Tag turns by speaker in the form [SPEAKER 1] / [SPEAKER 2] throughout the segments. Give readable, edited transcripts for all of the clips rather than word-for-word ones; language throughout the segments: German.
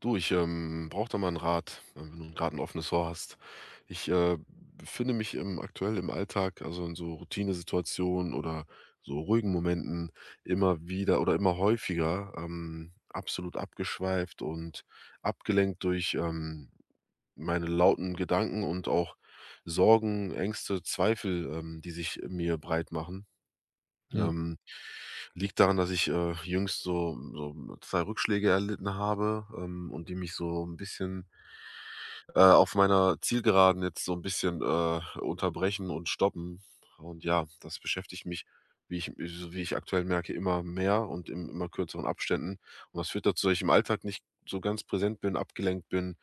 [SPEAKER 1] Du, ich brauche da mal einen Rat, wenn du gerade ein offenes Ohr hast. Ich befinde mich im aktuell im Alltag, also, in so Routinesituationen oder so ruhigen Momenten immer wieder oder immer häufiger, absolut abgeschweift und abgelenkt durch, meine lauten Gedanken und auch Sorgen, Ängste, Zweifel, die sich in mir breit machen.
[SPEAKER 2] hm
[SPEAKER 1] Ähm, liegt daran, dass ich, jüngst so zwei Rückschläge erlitten habe, und die mich so ein bisschen auf meiner Zielgeraden jetzt so ein bisschen, unterbrechen und stoppen. Und ja, das beschäftigt mich, wie ich aktuell merke, immer mehr und in immer kürzeren Abständen. Und das führt dazu, dass ich im Alltag nicht so ganz präsent bin, abgelenkt bin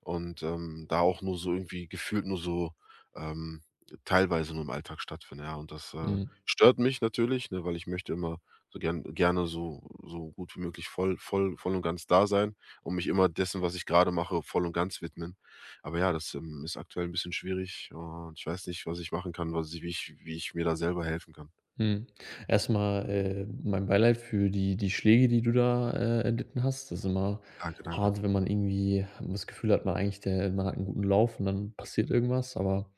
[SPEAKER 1] und, da auch nur so irgendwie gefühlt nur so, ähm, teilweise nur im Alltag stattfindet. Ja. Und das,
[SPEAKER 2] hm
[SPEAKER 1] stört mich natürlich, ne, weil ich möchte immer so gerne so gut wie möglich voll und ganz da sein und mich immer dessen, was ich gerade mache, voll und ganz widmen. Aber ja, das, ist aktuell ein bisschen schwierig und ich weiß nicht, was ich machen kann, was ich wie ich wie ich mir da selber helfen kann.
[SPEAKER 2] hm erstmal mein Beileid für die Schläge, die du da, erlitten hast. Das ist immer
[SPEAKER 1] Danke, danke.
[SPEAKER 2] hart, wenn man irgendwie das Gefühl hat, man eigentlich der man hat einen guten Lauf und dann passiert irgendwas, aber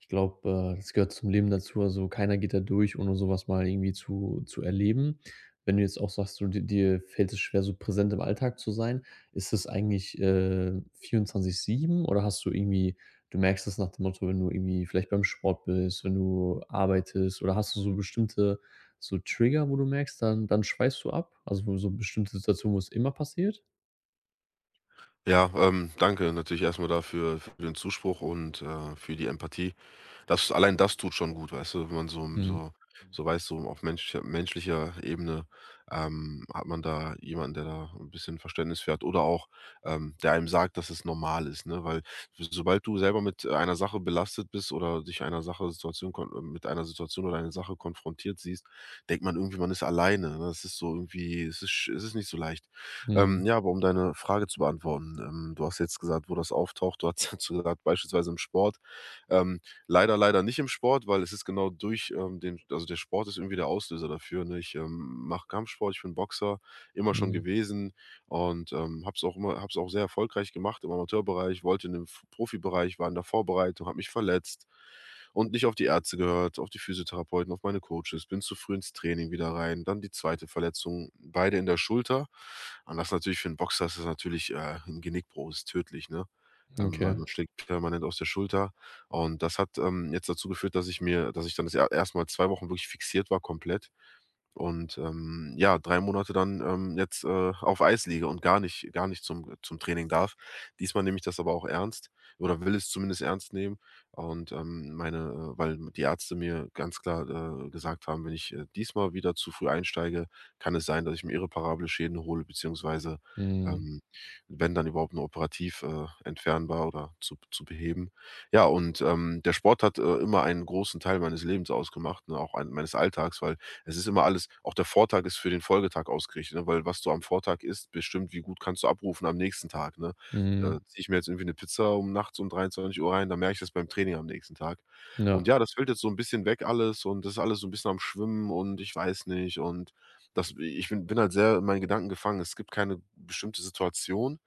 [SPEAKER 2] ich glaube, das gehört zum Leben dazu. Also, keiner geht da durch, ohne sowas mal irgendwie zu erleben. Wenn du jetzt auch sagst, du di dir fällt es schwer, so präsent im Alltag zu sein, ist es eigentlich, 24/7 oder hast du irgendwie? Du merkst das nach dem Motto, wenn du irgendwie vielleicht beim Sport bist, wenn du arbeitest oder hast du so bestimmte so Trigger, wo du merkst, dann schweißt du ab? Also, so bestimmte Situationen, wo es immer passiert?
[SPEAKER 1] Ja, danke natürlich erst mal dafür für den Zuspruch und, für die Empathie. Das allein das tut schon gut, weißt du, wenn man so
[SPEAKER 2] Mhm,
[SPEAKER 1] so so weiß, so auf menschlicher Ebene, hat man da jemanden, der da ein bisschen Verständnis fährt oder auch, der einem sagt, dass es normal ist, ne? Weil s sobald du selber mit einer Sache belastet bist oder dich einer Sache Situation kon mit einer Situation oder einer Sache konfrontiert siehst, denkt man irgendwie, man ist alleine, ne? Es ist so irgendwie es ist nicht so leicht. Ähm,
[SPEAKER 2] mhm,
[SPEAKER 1] ja, aber um deine Frage zu beantworten, du hast jetzt gesagt, wo das auftaucht. Du hast dazu gesagt, beispielsweise im Sport. Ähm, Leider, leider nicht im Sport, weil es ist genau durch, den also, der Sport ist irgendwie der Auslöser dafür, ne? Ich mache Kampfsport, ich bin Boxer, immer schon
[SPEAKER 2] mhm,
[SPEAKER 1] gewesen und, habe es auch sehr erfolgreich gemacht im Amateurbereich, wollte in den F Profibereich, war in der Vorbereitung, habe mich verletzt und nicht auf die Ärzte gehört, auf die Physiotherapeuten, auf meine Coaches, bin zu früh ins Training wieder rein, dann die zweite Verletzung, beide in der Schulter. Und das natürlich für einen Boxer ist das natürlich, 'n Genickbruch, ist tödlich, ne? Weil
[SPEAKER 2] okay.
[SPEAKER 1] man schlägt permanent aus der Schulter und das hat, jetzt dazu geführt, dass ich mir dass ich dann das er erst mal Wochen wirklich fixiert war komplett und, ja, 3 Monate dann, jetzt, auf Eis liege und gar nicht zum Training darf. Diesmal nehme ich das aber auch ernst oder will es zumindest ernst nehmen und, weil die Ärzte mir ganz klar, gesagt haben: „Wenn ich, diesmal wieder zu früh einsteige, kann es sein, dass ich mir irreparable Schäden hole beziehungsweise,
[SPEAKER 2] Mhm,
[SPEAKER 1] ähm, wenn dann überhaupt nur operativ, entfernbar oder zu beheben." Ja, und, der Sport hat, immer einen großen Teil meines Lebens ausgemacht, ne, auch ein meines Alltags, weil es ist immer alles auch der Vortag ist für den Folgetag ausgerichtet, ne, weil was du am Vortag isst, bestimmt, wie gut kannst du abrufen am nächsten Tag, ne? Äh,
[SPEAKER 2] mhm,
[SPEAKER 1] ziehe ich mir jetzt irgendwie eine Pizza um nachts um 23 Uhr rein, dann merke ich das beim Training am nächsten Tag. Und
[SPEAKER 2] ja,
[SPEAKER 1] ja, das fällt jetzt so ein bisschen weg alles und das ist alles so ein bisschen am Schwimmen und ich weiß nicht und das ich bin halt sehr in meinen Gedanken gefangen. Es gibt keine bestimmte Situation,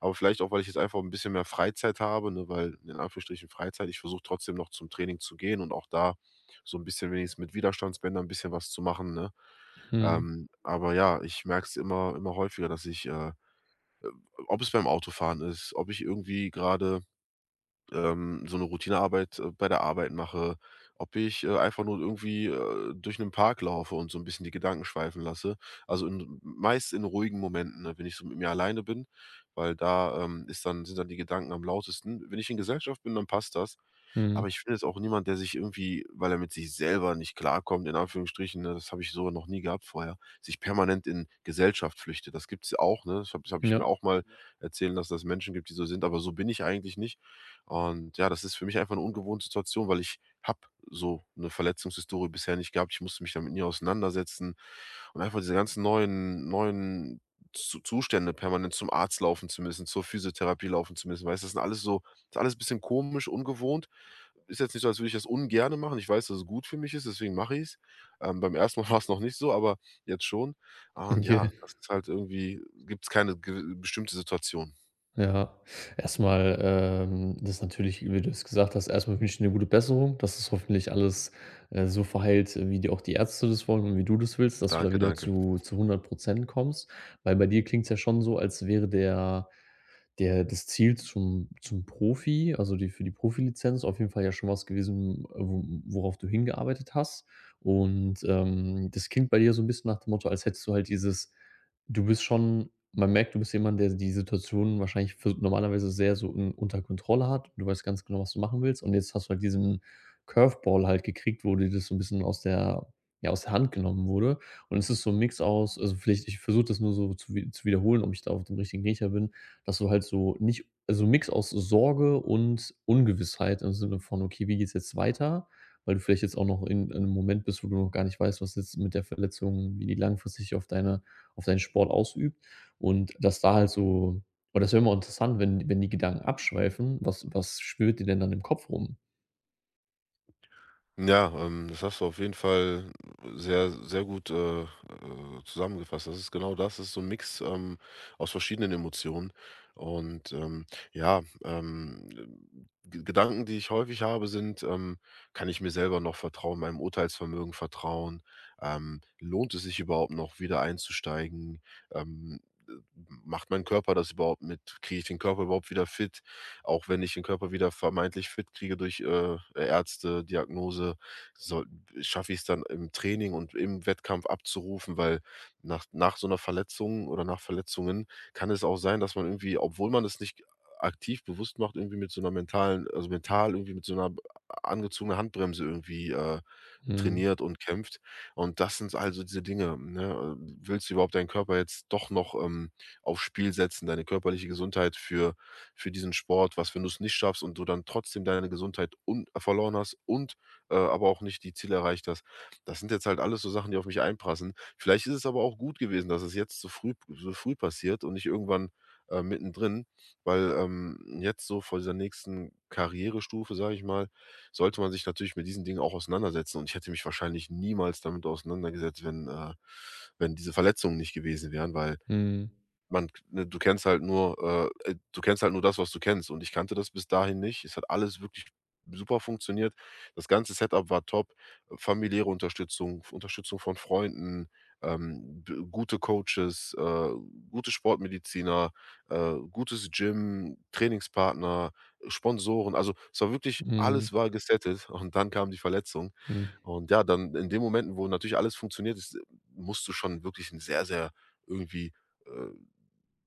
[SPEAKER 1] aber vielleicht auch, weil ich jetzt einfach ein bisschen mehr Freizeit habe, ne, weil in Anführungsstrichen Freizeit. Ich versuche trotzdem noch zum Training zu gehen und auch da so ein bisschen wenigstens mit Widerstandsbändern ein bisschen was zu machen, ne?
[SPEAKER 2] mhm,
[SPEAKER 1] Aber ja, ich merke es immer häufiger, ob es beim Autofahren ist, ob ich irgendwie gerade so eine Routinearbeit, bei der Arbeit mache, ob ich, einfach nur irgendwie, durch einen Park laufe und so ein bisschen die Gedanken schweifen lasse. Also, in meist in ruhigen Momenten, ne, wenn ich so mit mir alleine bin, weil da, ist dann sind dann die Gedanken am lautesten. Wenn ich in Gesellschaft bin, dann passt das, aber
[SPEAKER 2] mhm,
[SPEAKER 1] ich bin jetzt auch niemand, der sich irgendwie, weil er mit sich selber nicht klarkommt, in Anführungsstrichen, ne, das habe ich so noch nie gehabt vorher, sich permanent in Gesellschaft flüchtet. Das gibt's ja auch, ne? Das ich mir
[SPEAKER 2] ja,
[SPEAKER 1] auch mal erzählen lassen, dass es Menschen gibt, die so sind, aber so bin ich eigentlich nicht. Und ja, das ist für mich einfach eine ungewohnte Situation, weil ich habe so eine Verletzungshistorie bisher nicht gehabt. Ich musste mich damit nie auseinandersetzen und einfach diese ganzen neuen Zu Zustände permanent zum Arzt laufen zu müssen, zur Physiotherapie laufen zu müssen, weißt du? Das ist alles ein bisschen komisch, ungewohnt ist jetzt nicht so, als würde ich das ungerne machen. Ich weiß, dass es gut für mich ist, deswegen mache ich's. Beim ersten Mal war es noch nicht so, aber jetzt schon. Und ja,
[SPEAKER 2] okay.
[SPEAKER 1] das ist halt irgendwie gibt es keine ge bestimmte Situation.
[SPEAKER 2] Ja, erstmal, das ist natürlich, wie du es gesagt hast, erstmal wünsche ich dir 'ne gute Besserung, dass das hoffentlich alles, so verheilt, wie dir auch die Ärzte das wollen und wie du das willst, dass du da
[SPEAKER 1] Danke,
[SPEAKER 2] wieder
[SPEAKER 1] danke.
[SPEAKER 2] zu 100% kommst. Weil bei dir klingt es ja schon so, als wäre der das Ziel zum Profi, also, die für die Profilizenz auf jeden Fall ja schon was gewesen, wo worauf du hingearbeitet hast. Und, das klingt bei dir so ein bisschen nach dem Motto, als hättest du halt dieses du bist schon, man merkt, du bist jemand, der die Situation wahrscheinlich für normalerweise sehr so un unter Kontrolle hat. Du weißt ganz genau, was du machen willst, und jetzt hast du halt diesen Curveball halt gekriegt, wo dir das so ein bisschen aus der, ja, aus der Hand genommen wurde. Und es ist so ein Mix aus, also, vielleicht ich versuche das nur so zu wiederholen, ob ich da auf dem richtigen Riecher bin. Dass du halt so nicht, also Mix aus Sorge und Ungewissheit im Sinne von: „Okay, wie geht's jetzt weiter?“ Weil du vielleicht jetzt auch noch in 'nem Moment bist, wo du noch gar nicht weißt, was jetzt mit der Verletzung, wie die langfristig auf deine auf deinen Sport ausübt, und dass da halt so, weil das wäre immer interessant, wenn die Gedanken abschweifen, was was schwirrt dir denn dann im Kopf rum?
[SPEAKER 1] Ja, das hast du auf jeden Fall sehr, sehr gut zusammengefasst. Das ist genau das. Das ist so ein Mix, aus verschiedenen Emotionen. Und, ja, G Gedanken, die ich häufig habe, sind, „Kann ich mir selber noch vertrauen, meinem Urteilsvermögen vertrauen? Lohnt es sich überhaupt noch, wieder einzusteigen? Ähm, äh, Macht mein Körper das überhaupt mit? Kriege ich den Körper überhaupt wieder fit?" Auch wenn ich den Körper wieder vermeintlich fit kriege durch, Ärzte, Diagnose, soll schaffe ich es dann im Training und im Wettkampf abzurufen, weil nach so einer Verletzung oder nach Verletzungen kann es auch sein, dass man irgendwie, obwohl man es nicht aktiv bewusst macht, irgendwie mit so einer mentalen also mental irgendwie mit so einer angezogenen Handbremse irgendwie,
[SPEAKER 2] Mhm.
[SPEAKER 1] trainiert und kämpft. Und das sind also diese Dinge, ne? Willst du überhaupt deinen Körper jetzt doch noch, aufs Spiel setzen, deine körperliche Gesundheit für diesen Sport, was, wenn du es nicht schaffst und du dann trotzdem deine Gesundheit und verloren hast und, aber auch nicht die Ziele erreicht hast. Das sind jetzt halt alles so Sachen, die auf mich einprasseln. Vielleicht ist es aber auch gut gewesen, dass es jetzt so früh passiert und nicht irgendwann, mittendrin, weil, jetzt so vor dieser nächsten Karrierestufe, sage ich mal, sollte man sich natürlich mit diesen Dingen auch auseinandersetzen und ich hätte mich wahrscheinlich niemals damit auseinandergesetzt, wenn diese Verletzungen nicht gewesen wären, weil
[SPEAKER 2] Mhm.
[SPEAKER 1] man ne, du kennst halt nur das, was du kennst und ich kannte das bis dahin nicht. Es hat alles wirklich super funktioniert. Das ganze Setup war top, familiäre Unterstützung, Unterstützung von Freunden, b gute Coaches, gute Sportmediziner, gutes Gym, Trainingspartner, Sponsoren. Also, es war wirklich
[SPEAKER 2] Mhm.
[SPEAKER 1] alles war gesettet und dann kam die Verletzung.
[SPEAKER 2] Mhm.
[SPEAKER 1] Und ja, dann in den Momenten, wo natürlich alles funktioniert ist, musst du schon wirklich ein sehr, sehr irgendwie, äh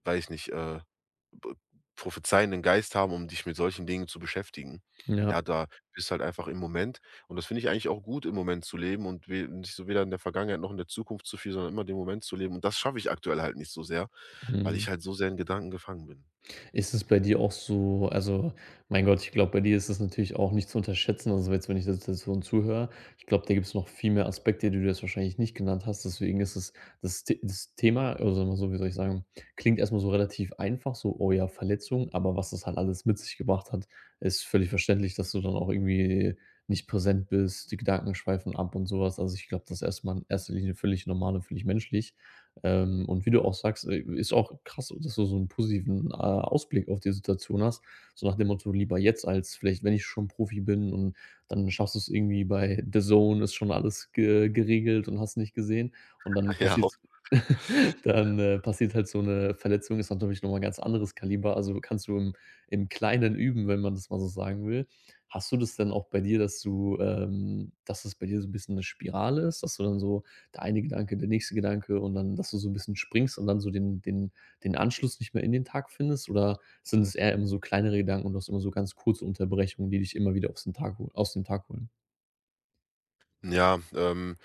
[SPEAKER 1] weiß nicht, b prophezeienden Geist haben, um dich mit solchen Dingen zu beschäftigen.
[SPEAKER 2] Ja.
[SPEAKER 1] Ja, da bist halt einfach im Moment und das finde ich eigentlich auch gut, im Moment zu leben und we nicht so weder in der Vergangenheit noch in der Zukunft zu viel, sondern immer den Moment zu leben und das schaffe ich aktuell halt nicht so sehr, weil ich
[SPEAKER 2] Mhm.
[SPEAKER 1] halt so sehr in Gedanken gefangen bin.
[SPEAKER 2] Ist es bei dir auch so, also, mein Gott, ich glaube, bei dir ist es natürlich auch nicht zu unterschätzen. Also, jetzt, wenn ich der Situation zuhöre, ich glaube, da gibt es noch viel mehr Aspekte, die du jetzt wahrscheinlich nicht genannt hast. Deswegen ist es das Thema, oder mal so, wie soll ich sagen, klingt erst mal so relativ einfach, so: „Oh ja, Verletzung“, aber was das halt alles mit sich gebracht hat, ist völlig verständlich, dass du dann auch irgendwie nicht präsent bist, die Gedanken schweifen ab und sowas. Also, ich glaube, das ist erst mal in erster Linie völlig normal und völlig menschlich. Und wie du auch sagst, ist auch krass, dass du so einen positiven, Ausblick auf die Situation hast, so nach dem Motto: „Lieber jetzt als vielleicht, wenn ich schon Profi bin, und dann schaffst du es irgendwie bei The Zone ist schon alles ge geregelt und hast nicht gesehen.“ Und dann
[SPEAKER 1] Ja, ho
[SPEAKER 2] passiert dann, passiert halt so eine Verletzung, ist natürlich noch mal ganz anderes Kaliber. Also, kannst du im im Kleinen üben, wenn man das mal so sagen will. Hast du das denn auch bei dir, dass du dass es bei dir so ein bisschen eine Spirale ist, dass du dann so der eine Gedanke, der nächste Gedanke und dann, dass du so ein bisschen springst und dann so den den Anschluss nicht mehr in den Tag findest, oder sind es eher immer so kleinere Gedanken und du hast immer so ganz kurze Unterbrechungen, die dich immer wieder aus dem Tag holen?
[SPEAKER 1] ja,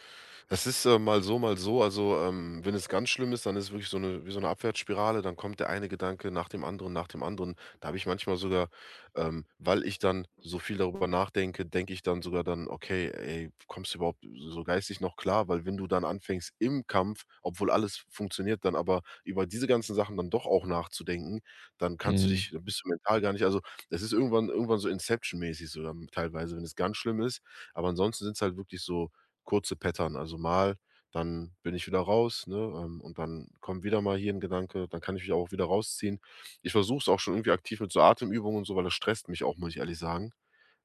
[SPEAKER 1] das ist, mal so, mal so. Also, wenn es ganz schlimm ist, dann ist es wirklich so eine wie so eine Abwärtsspirale, dann kommt der eine Gedanke nach dem anderen, nach dem anderen. Da habe ich manchmal sogar weil ich dann so viel darüber nachdenke, denke ich dann sogar dann: „Okay, ey, kommst du überhaupt so geistig noch klar?" Weil wenn du dann anfängst im Kampf, obwohl alles funktioniert, dann aber über diese ganzen Sachen dann doch auch nachzudenken,
[SPEAKER 2] Mhm.
[SPEAKER 1] dann bist du mental gar nicht also, es ist irgendwann so Inception-mäßig so teilweise, wenn es ganz schlimm ist. Aber ansonsten sind es halt wirklich so kurze Pattern. Also mal, dann bin ich wieder raus, ne, und dann kommt wieder mal hier ein Gedanke, dann kann ich mich auch wieder rausziehen. Ich versuche es auch schon irgendwie aktiv mit so Atemübungen und so, weil das stresst mich auch, muss ich ehrlich sagen.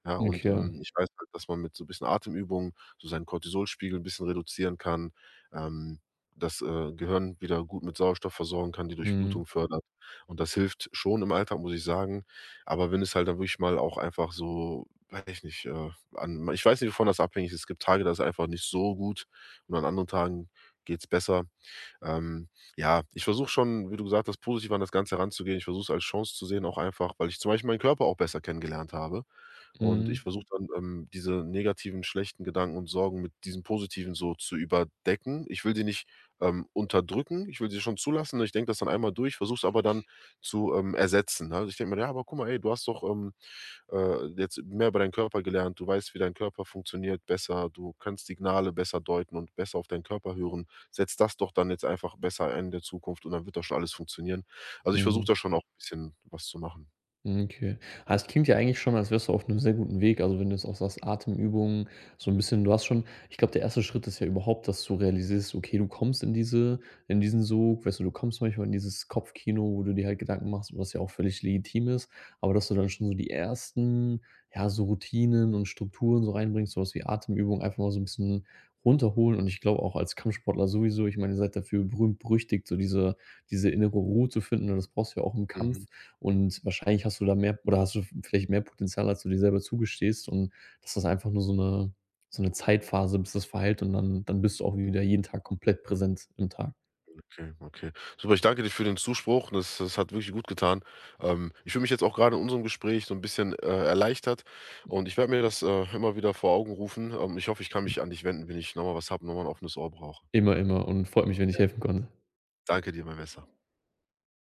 [SPEAKER 1] Ja, und,
[SPEAKER 2] Okay.
[SPEAKER 1] ich weiß halt, dass man mit so ein bisschen Atemübungen so seinen Cortisolspiegel ein bisschen reduzieren kann, ähm, das, Gehirn wieder gut mit Sauerstoff versorgen kann, die Durchblutung
[SPEAKER 2] Mhm.
[SPEAKER 1] fördert. Und das hilft schon im Alltag, muss ich sagen. Aber wenn es halt dann wirklich mal auch einfach so, weiß ich nicht, an ich weiß nicht, wovon das abhängig ist. Es gibt Tage, da ist es einfach nicht so gut und an anderen Tagen geht's besser. Ähm, ja, ich versuche schon, wie du gesagt hast, positiv an das Ganze heranzugehen. Ich versuche es als Chance zu sehen, auch einfach, weil ich zum Beispiel meinen Körper auch besser kennengelernt habe. Und ich
[SPEAKER 2] Mhm.
[SPEAKER 1] versuche dann, diese negativen, schlechten Gedanken und Sorgen mit diesen positiven so zu überdecken. Ich will sie nicht unterdrücken, ich will sie schon zulassen. Ich denke das dann einmal durch, versuche es aber dann zu ersetzen, ne? Also ich denke mir, ja, aber guck mal, ey, du hast doch jetzt mehr über deinen Körper gelernt. Du weißt, wie dein Körper funktioniert besser. Du kannst Signale besser deuten und besser auf deinen Körper hören. Setz das doch dann jetzt einfach besser ein in der Zukunft und dann wird das schon alles funktionieren. Also, ich versuche
[SPEAKER 2] Mhm.
[SPEAKER 1] da schon auch 'n bisschen was zu machen.
[SPEAKER 2] Hm, okay. Ah, es klingt ja eigentlich schon, als wärst du auf einem sehr guten Weg. Also, wenn du jetzt auch sagst, Atemübungen, so ein bisschen du hast schon, ich glaube, der erste Schritt ist ja überhaupt, dass du realisierst, okay, du kommst in diese in diesen Sog, weißt du, du kommst manchmal in dieses Kopfkino, wo du dir halt Gedanken machst, was ja auch völlig legitim ist, aber dass du dann schon so die ersten, ja, so Routinen und Strukturen so reinbringst, so was wie Atemübungen, einfach mal so ein bisschen runterholen, und ich glaube auch als Kampfsportler sowieso, ich meine, ihr seid dafür berühmt berüchtigt, so diese diese innere Ruhe zu finden, und das brauchst du ja auch im
[SPEAKER 1] Mhm.
[SPEAKER 2] Kampf. Und wahrscheinlich hast du da mehr, oder hast du vielleicht mehr Potenzial, als du dir selber zugestehst, und das ist einfach nur so eine Zeitphase, bis das verheilt, und dann dann bist du auch wieder jeden Tag komplett präsent im Tag.
[SPEAKER 1] Okay, okay. Super, ich danke dir für den Zuspruch. Das hat wirklich gut getan. Ich fühle mich jetzt auch gerade in unserem Gespräch so ein bisschen, erleichtert und ich werde mir das, immer wieder vor Augen rufen. Ich hoffe, ich kann mich an dich wenden, wenn ich noch mal was habe, noch mal 'n offenes Ohr brauche.
[SPEAKER 2] Immer, immer, und freut mich, wenn ich helfen konnte.
[SPEAKER 1] Danke dir, mein Bester.